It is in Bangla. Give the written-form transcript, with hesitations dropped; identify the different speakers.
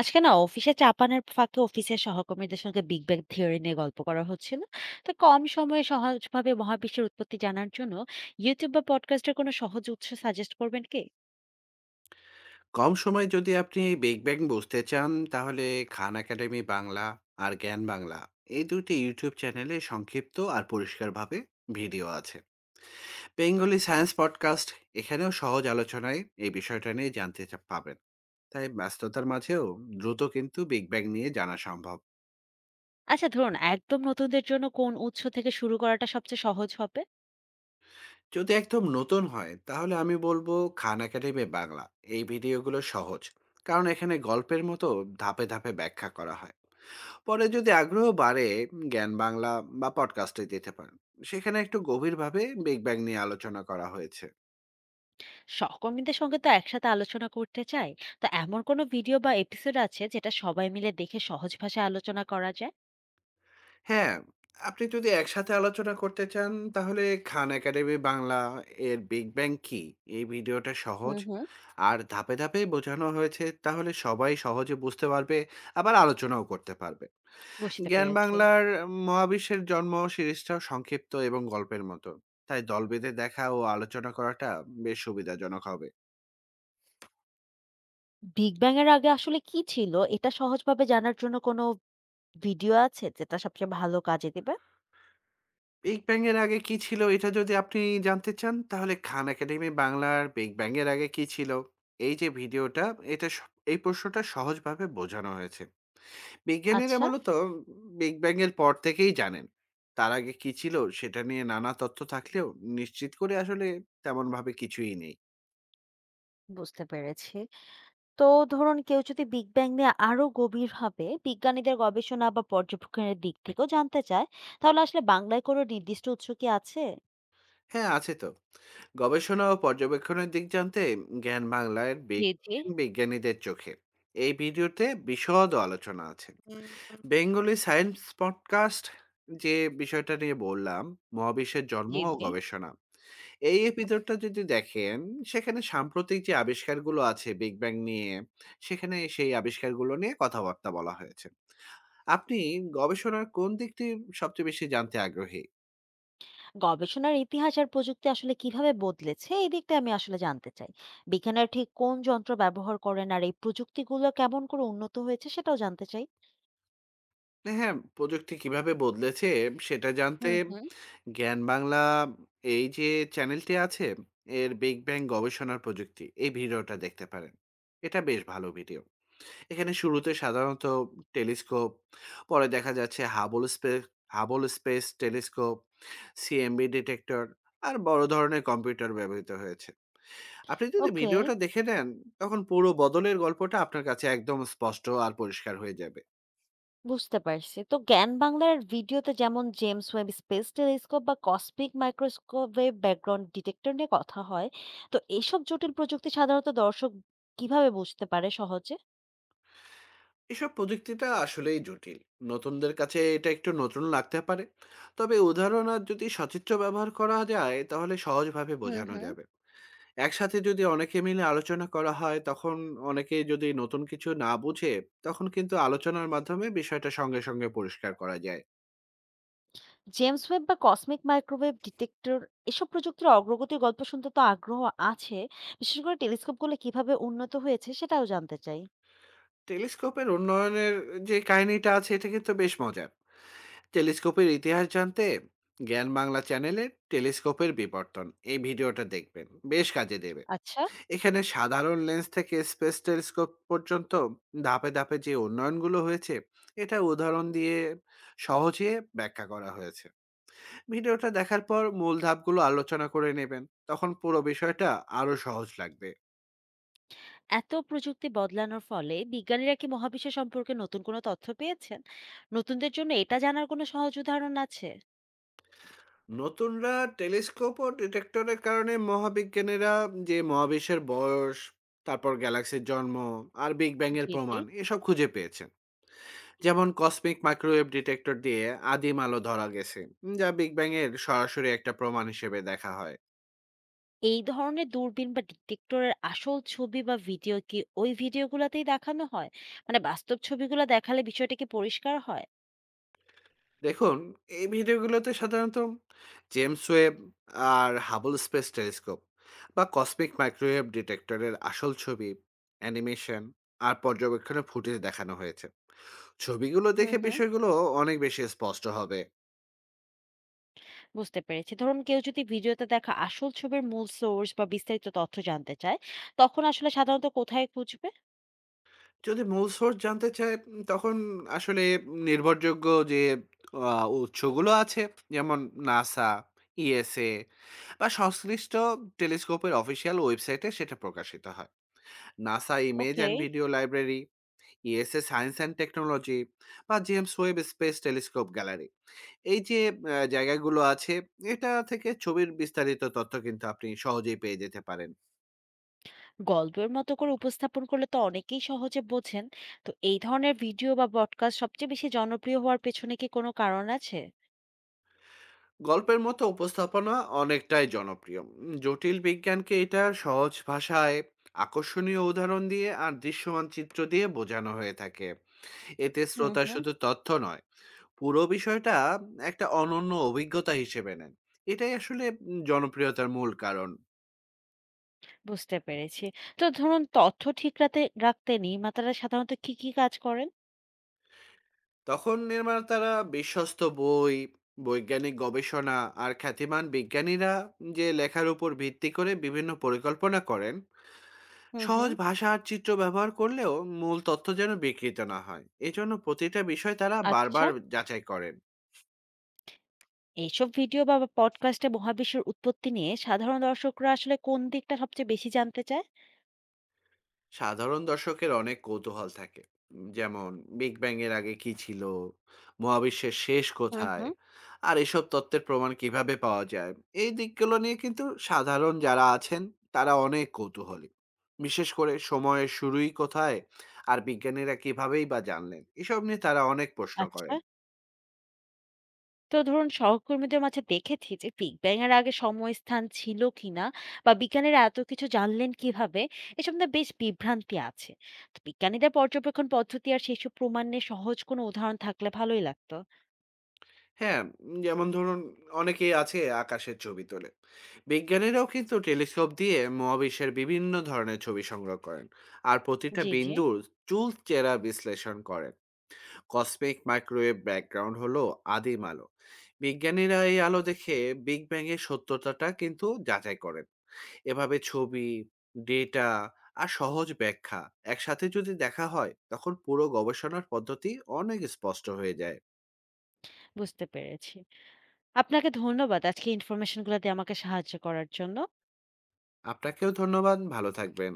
Speaker 1: আজকে না অফিসে চা পানের ফাঁকে অফিসের সহকর্মীদের সঙ্গে বিগ ব্যাং থিওরি নিয়ে গল্প করা হচ্ছিল। তো কম সময়ে সহজভাবে মহাবিশ্বের উৎপত্তি জানার জন্য ইউটিউব বা পডকাস্টের কোনো সহজ উৎস সাজেস্ট করবেন কি?
Speaker 2: কম সময়ে যদি আপনি বিগ ব্যাং বুঝতে চান তাহলে খান একাডেমি বাংলা আর জ্ঞান বাংলা, এই দুটি ইউটিউব চ্যানেলে সংক্ষিপ্ত আর পরিষ্কারভাবে ভিডিও আছে। বেঙ্গলি সায়েন্স পডকাস্ট, এখানেও সহজ আলোচনায় এই বিষয়টা নিয়ে জানতে পাবেন। তাই ব্যস্ততার মাঝেও দ্রুত কিন্তু বিগ ব্যাং নিয়ে জানা সম্ভব।
Speaker 1: আচ্ছা, ধরুন একদম নতুনদের জন্য কোন উৎস থেকে শুরু করাটা সবচেয়ে সহজ হবে?
Speaker 2: যদি একদম নতুন হয় তাহলে আমি বলবো খান একাডেমি বাংলা। এই ভিডিওগুলো সহজ, কারণ এখানে গল্পের মতো ধাপে ধাপে ব্যাখ্যা করা হয়। পরে যদি আগ্রহ বাড়ে, জ্ঞান বাংলা বা পডকাস্টে যেতে পারেন। সেখানে একটু গভীরভাবে বিগ ব্যাং নিয়ে আলোচনা করা হয়েছে।
Speaker 1: সহকর্মীদের সঙ্গে তো একসাথে আলোচনা করতে চাই, তো এমন কোনো ভিডিও বা এপিসোড আছে যেটা সবাই মিলে দেখে সহজ ভাষায় আলোচনা করা যায়?
Speaker 2: হ্যাঁ, আপনি যদি একসাথে আলোচনা করতে চান তাহলে খান একাডেমি বাংলা এর বিগ ব্যাং কি, এই ভিডিওটা
Speaker 1: হুম
Speaker 2: সহজ
Speaker 1: হুম।
Speaker 2: আর ধাপে ধাপে বোঝানো হয়েছে। তাহলে সবাই সহজে বুঝতে পারবে, আবার আলোচনাও করতে পারবে।
Speaker 1: বুঝতে
Speaker 2: জ্ঞান
Speaker 1: পেরেছি।
Speaker 2: বাংলার মহাবিশ্বের জন্ম সিরিজটাও সংক্ষিপ্ত এবং গল্পের মতো। তাই দল বেঁধে দেখা ও আলোচনা করাটা বেশ সুবিধাজনক হবে।
Speaker 1: বিগ ব্যাং এর আগে আসলে কি ছিল, এটা সহজভাবে জানার জন্য কোনো ভিডিও আছে যেটা সবচেয়ে ভালো কাজে দিবে?
Speaker 2: বিগ ব্যাং এর আগে কি ছিল, এটা যদি আপনি জানতে চান তাহলে খান একাডেমি বাংলার বিগ ব্যাং এর আগে কি ছিল, এই যে ভিডিওটা, এটা স- এই প্রশ্নটা সহজভাবে বোঝানো হয়েছে। বিজ্ঞানীরা
Speaker 1: আচ্ছা।
Speaker 2: মূলত বিগ ব্যাং এর পর থেকেই জানেন। তার আগে কি ছিল সেটা নিয়ে নানা তথ্য থাকলেও নিশ্চিত করে আসলে তেমন ভাবে কিছুই নেই।
Speaker 1: বুঝতে পেরেছি। তো ধরুন কেউ যদি বিগ ব্যাং নিয়ে আরো গভীরভাবে বিজ্ঞানীদের গবেষণা বা পর্যবেক্ষণের দিক থেকেও জানতে চায়, তাহলে আসলে বাংলায় কোনো নির্দিষ্ট উৎস কি আছে?
Speaker 2: হ্যাঁ, আছে তো। গবেষণা ও পর্যবেক্ষণের দিক জানতে জ্ঞান বাংলার বিগ
Speaker 1: জি, জি।
Speaker 2: ব্যাং বিজ্ঞানীদের চোখে, এই ভিডিওতে বিশদ আলোচনা আছে। বেঙ্গলি সায়েন্স পডকাস্ট, যে বিষয়টা নিয়ে বললাম, মহাবিশ্বের জন্ম
Speaker 1: জি,
Speaker 2: হুম। ও
Speaker 1: জি।
Speaker 2: গবেষণা। এই এপিসোডটা যদি দেখেন, সেখানে সাম্প্রতিক যে আবিষ্কারগুলো আছে বিগ ব্যাং নিয়ে, সেখানে সেই আবিষ্কারগুলো নিয়ে কথাবার্তা বলা হয়েছে। আপনি গবেষণার কোন দিকটি সবচেয়ে বেশি জানতে আগ্রহী?
Speaker 1: গবেষণার ইতিহাস আর প্রযুক্তি আসলে কিভাবে বদলেছে, এই দিকটা আমি আসলে জানতে চাই। বিজ্ঞানীরা ঠিক কোন যন্ত্র ব্যবহার করেন আর এই প্রযুক্তিগুলো কেমন করে উন্নত হয়েছে সেটাও জানতে চাই।
Speaker 2: হ্যাঁ, প্রযুক্তি কিভাবে বদলেছে সেটা জানতে
Speaker 1: হুম, হুম।
Speaker 2: জ্ঞান বাংলা, এই যে চ্যানেলটি আছে, এর বিগ ব্যাং গবেষণার প্রযুক্তি, এই ভিডিওটা দেখতে পারেন। এটা বেশ ভালো ভিডিও। এখানে শুরুতে সাধারণত টেলিস্কোপ, পরে দেখা যাচ্ছে Hubble space telescope, CMB detector আর বড় ধরনের কম্পিউটার ব্যবহৃত হয়েছে। আপনি যদি
Speaker 1: ওকে।
Speaker 2: ভিডিওটা দেখে নেন, তখন পুরো বদলের গল্পটা আপনার কাছে একদম স্পষ্ট আর পরিষ্কার হয়ে যাবে।
Speaker 1: বুঝতে পারছি। তো জ্ঞান বাংলার ভিডিওতে যেমন জেমস ওয়েব স্পেস টেলিস্কোপ বা কসমিক মাইক্রোস্কোপের ব্যাকগ্রাউন্ড ডিটেক্টর নিয়ে কথা হয়। তো এসব জটিল প্রযুক্তি সাধারণত দর্শক কিভাবে বুঝতে পারে সহজে?
Speaker 2: এসব প্রযুক্তিটা আসলেই জটিল। নতুনদের কাছে এটা একটু নতুন লাগতে পারে। তবে উদাহরণ আর যদি সচিত্র ব্যবহার করা যায়, তাহলে সহজভাবে
Speaker 1: হুম
Speaker 2: বোঝানো
Speaker 1: হুম।
Speaker 2: যাবে। একসাথে যদি অনেকে মিলে আলোচনা করা হয়, তখন অনেকেই যদি নতুন কিছু না বুঝে, তখন কিন্তু আলোচনার মাধ্যমে বিষয়টা সঙ্গে, সঙ্গে পরিষ্কার করা যায়।
Speaker 1: জেমস ওয়েব বা কসমিক মাইক্রোওয়েভ ডিটেক্টর, এসব প্রযুক্তির অগ্রগতির গল্প শুনতে তো আগ্রহ আছে। বিশেষ করে টেলিস্কোপগুলো কিভাবে উন্নত হয়েছে সেটাও জানতে চাই।
Speaker 2: টেলিস্কোপের উন্নয়নের যে কাহিনীটা আছে, এটা কিন্তু বেশ মজার। টেলিস্কোপের ইতিহাস জানতে জ্ঞান বাংলা চ্যানেলে টেলিস্কোপের বিবর্তন, এই ভিডিওটা দেখবেন, বেশ কাজে দেবে।
Speaker 1: আচ্ছা।
Speaker 2: এখানে সাধারণ লেন্স থেকে স্পেস টেলিস্কোপ পর্যন্ত ধাপে, ধাপে যে উন্নয়নগুলো হয়েছে, এটা উদাহরণ দিয়ে সহজে ব্যাখ্যা করা হয়েছে। ভিডিওটা দেখার পর মূল ধাপগুলো আলোচনা করে নেবেন, তখন পুরো বিষয়টা আরো সহজ লাগবে।
Speaker 1: এত প্রযুক্তি বদলানোর ফলে বিজ্ঞানীরা কি মহাবিশ্ব সম্পর্কে নতুন কোনো তথ্য পেয়েছেন? নতুনদের জন্য এটা জানার কোনো সহজ উদাহরণ আছে?
Speaker 2: নতুনরা টেলিস্কোপ ও ডিটেক্টরের কারণে মহাবিজ্ঞানীরা যে মহাবিশ্বের বয়স, তারপর গ্যালাক্সির জন্ম আর বিগ ব্যাং এর
Speaker 1: জি জি।
Speaker 2: প্রমাণ, এসব খুঁজে পেয়েছেন। যেমন কসমিক মাইক্রোওয়েভ ডিটেক্টর দিয়ে আদিম আলো ধরা গেছে, যা বিগ ব্যাং এর সরাসরি একটা প্রমাণ হিসেবে দেখা হয়।
Speaker 1: এই ধরনের দূরবীন বা ডিটেক্টরের আসল ছবি বা ভিডিও কি ওই ভিডিওগুলোতেই দেখানো হয়? মানে বাস্তব ছবিগুলো দেখালে বিষয়টা কি পরিষ্কার হয়?
Speaker 2: দেখুন, এই ভিডিওগুলোতে সাধারণত জেমস ওয়েব আর হাবল স্পেস টেলিস্কোপ বা কসমিক মাইক্রোওয়েভ ডিটেক্টরের আসল ছবি, অ্যানিমেশন আর পর্যবেক্ষণের ফুটেজ দেখানো হয়েছে। ছবিগুলো
Speaker 1: হুম
Speaker 2: দেখে
Speaker 1: হুম।
Speaker 2: বিষয়গুলো অনেক বেশি স্পষ্ট হবে।
Speaker 1: বুঝতে পেরেছি। ধরুন কেউ যদি ভিডিওতে দেখা আসল ছবির মূল সোর্স বা বিস্তারিত তথ্য জানতে চায়, তখন আসলে সাধারণত কোথায় খুঁজবে?
Speaker 2: যদি মূল সোর্স জানতে চায় তখন আসলে নির্ভরযোগ্য যে আ উৎসগুলো আছে, যেমন নাসা, ইএসএ বা সংশ্লিষ্ট টেলিস্কোপের অফিসিয়াল ওয়েবসাইটে সেটা প্রকাশিত হয়। NASA image
Speaker 1: okay.
Speaker 2: And video library, ESA science and technology বা James Webb space telescope gallery, এই যে জায়গাগুলো আছে, এটা থেকে ছবির বিস্তারিত তথ্য কিন্তু আপনি সহজেই পেয়ে যেতে পারেন।
Speaker 1: গল্পের মতো করে উপস্থাপন করলে তো অনেকেই সহজে বোঝেন। তো এই ধরনের ভিডিও বা পডকাস্ট সবচেয়ে বেশি জনপ্রিয় হওয়ার পেছনে কি কোনো কারণ আছে?
Speaker 2: গল্পের মতো উপস্থাপনা অনেকটাই জনপ্রিয়। জটিল বিজ্ঞানকে এটা সহজ ভাষায় আকর্ষণীয় উদাহরণ দিয়ে আর দৃশ্যমান চিত্র দিয়ে বোঝানো হয়ে থাকে। এতে
Speaker 1: হুম
Speaker 2: শ্রোতা
Speaker 1: হুম।
Speaker 2: শুধু তথ্য নয়, পুরো বিষয়টা একটা অনন্য অভিজ্ঞতা হিসেবে নেন। এটাই আসলে জনপ্রিয়তার মূল কারণ।
Speaker 1: বুঝতে পেরেছি। তো ধরুন তথ্য ঠিক রাখতে রাখতে নির্মাতারা সাধারণত কি কি কাজ করেন?
Speaker 2: তখন নির্মাতারা বিশ্বস্ত বই, বৈজ্ঞানিক গবেষণা আর খ্যাতিমান বিজ্ঞানীরা যে লেখার উপর ভিত্তি করে বিভিন্ন পরিকল্পনা করেন।
Speaker 1: হুম
Speaker 2: সহজ
Speaker 1: হুম।
Speaker 2: ভাষা আর চিত্র ব্যবহার করলেও মূল তথ্য যেন বিকৃত না হয়, এজন্য প্রতিটা বিষয় তারা
Speaker 1: আচ্ছা।
Speaker 2: বারবার যাচাই করেন।
Speaker 1: এইসব ভিডিও বা পডকাস্টে মহাবিশ্বের উৎপত্তি নিয়ে সাধারণ দর্শকরা আসলে কোন দিকটা সবচেয়ে বেশি জানতে চায়?
Speaker 2: সাধারণ দর্শকের অনেক কৌতূহল থাকে। যেমন, বিগ ব্যাং এর আগে কি ছিল? মহাবিশ্বের শেষ
Speaker 1: হুম
Speaker 2: কোথায়?
Speaker 1: হুম।
Speaker 2: আর এসব তত্ত্বের প্রমাণ কিভাবে পাওয়া যায়? এই দিকগুলো নিয়ে কিন্তু সাধারণ যারা আছেন তারা অনেক কৌতূহলী। বিশেষ করে সময়ের শুরুই কোথায় আর বিজ্ঞানীরা কিভাবেই বা জানলেন? এসব নিয়ে তারা অনেক প্রশ্ন
Speaker 1: আচ্ছা।
Speaker 2: করেন।
Speaker 1: তো ধরুন সহকর্মীদের মাঝে দেখেছি যে বিগ ব্যাং এর আগে সময় স্থান ছিল কিনা, বা বিজ্ঞানীরা এত কিছু জানলেন কিভাবে, এসব নিয়ে বেশ বিভ্রান্তি আছে। তো বিজ্ঞানীদের পর্যবেক্ষণ পদ্ধতি আর সেসব প্রমাণে সহজ কোনো উদাহরণ থাকলে ভালোই লাগতো।
Speaker 2: হ্যাঁ, যেমন ধরুন, অনেকেই আছে আকাশের ছবি তোলে। বিজ্ঞানীরাও কিন্তু টেলিস্কোপ দিয়ে মহাবিশ্বের বিভিন্ন ধরনের ছবি সংগ্রহ করেন। আর প্রতিটা
Speaker 1: জি জি।
Speaker 2: বিন্দুর চুলচেরা বিশ্লেষণ করেন। কসমিক মাইক্রোওয়েভ ব্যাকগ্রাউন্ড হলো আদিম আলো। বিজ্ঞানীরা এই আলো দেখে বিগ ব্যাং এর সত্যতাটা কিন্তু যাচাই করেন। এভাবে ছবি, ডেটা আর সহজ ব্যাখ্যা একসাথে যদি দেখা হয়, তখন পুরো গবেষণার পদ্ধতি অনেক স্পষ্ট হয়ে যায়।
Speaker 1: বুঝতে পেরেছি। আপনাকে ধন্যবাদ আজকে ইনফরমেশন গুলো দিয়ে আমাকে সাহায্য করার জন্য।
Speaker 2: আপনাকেও ধন্যবাদ। ভালো থাকবেন।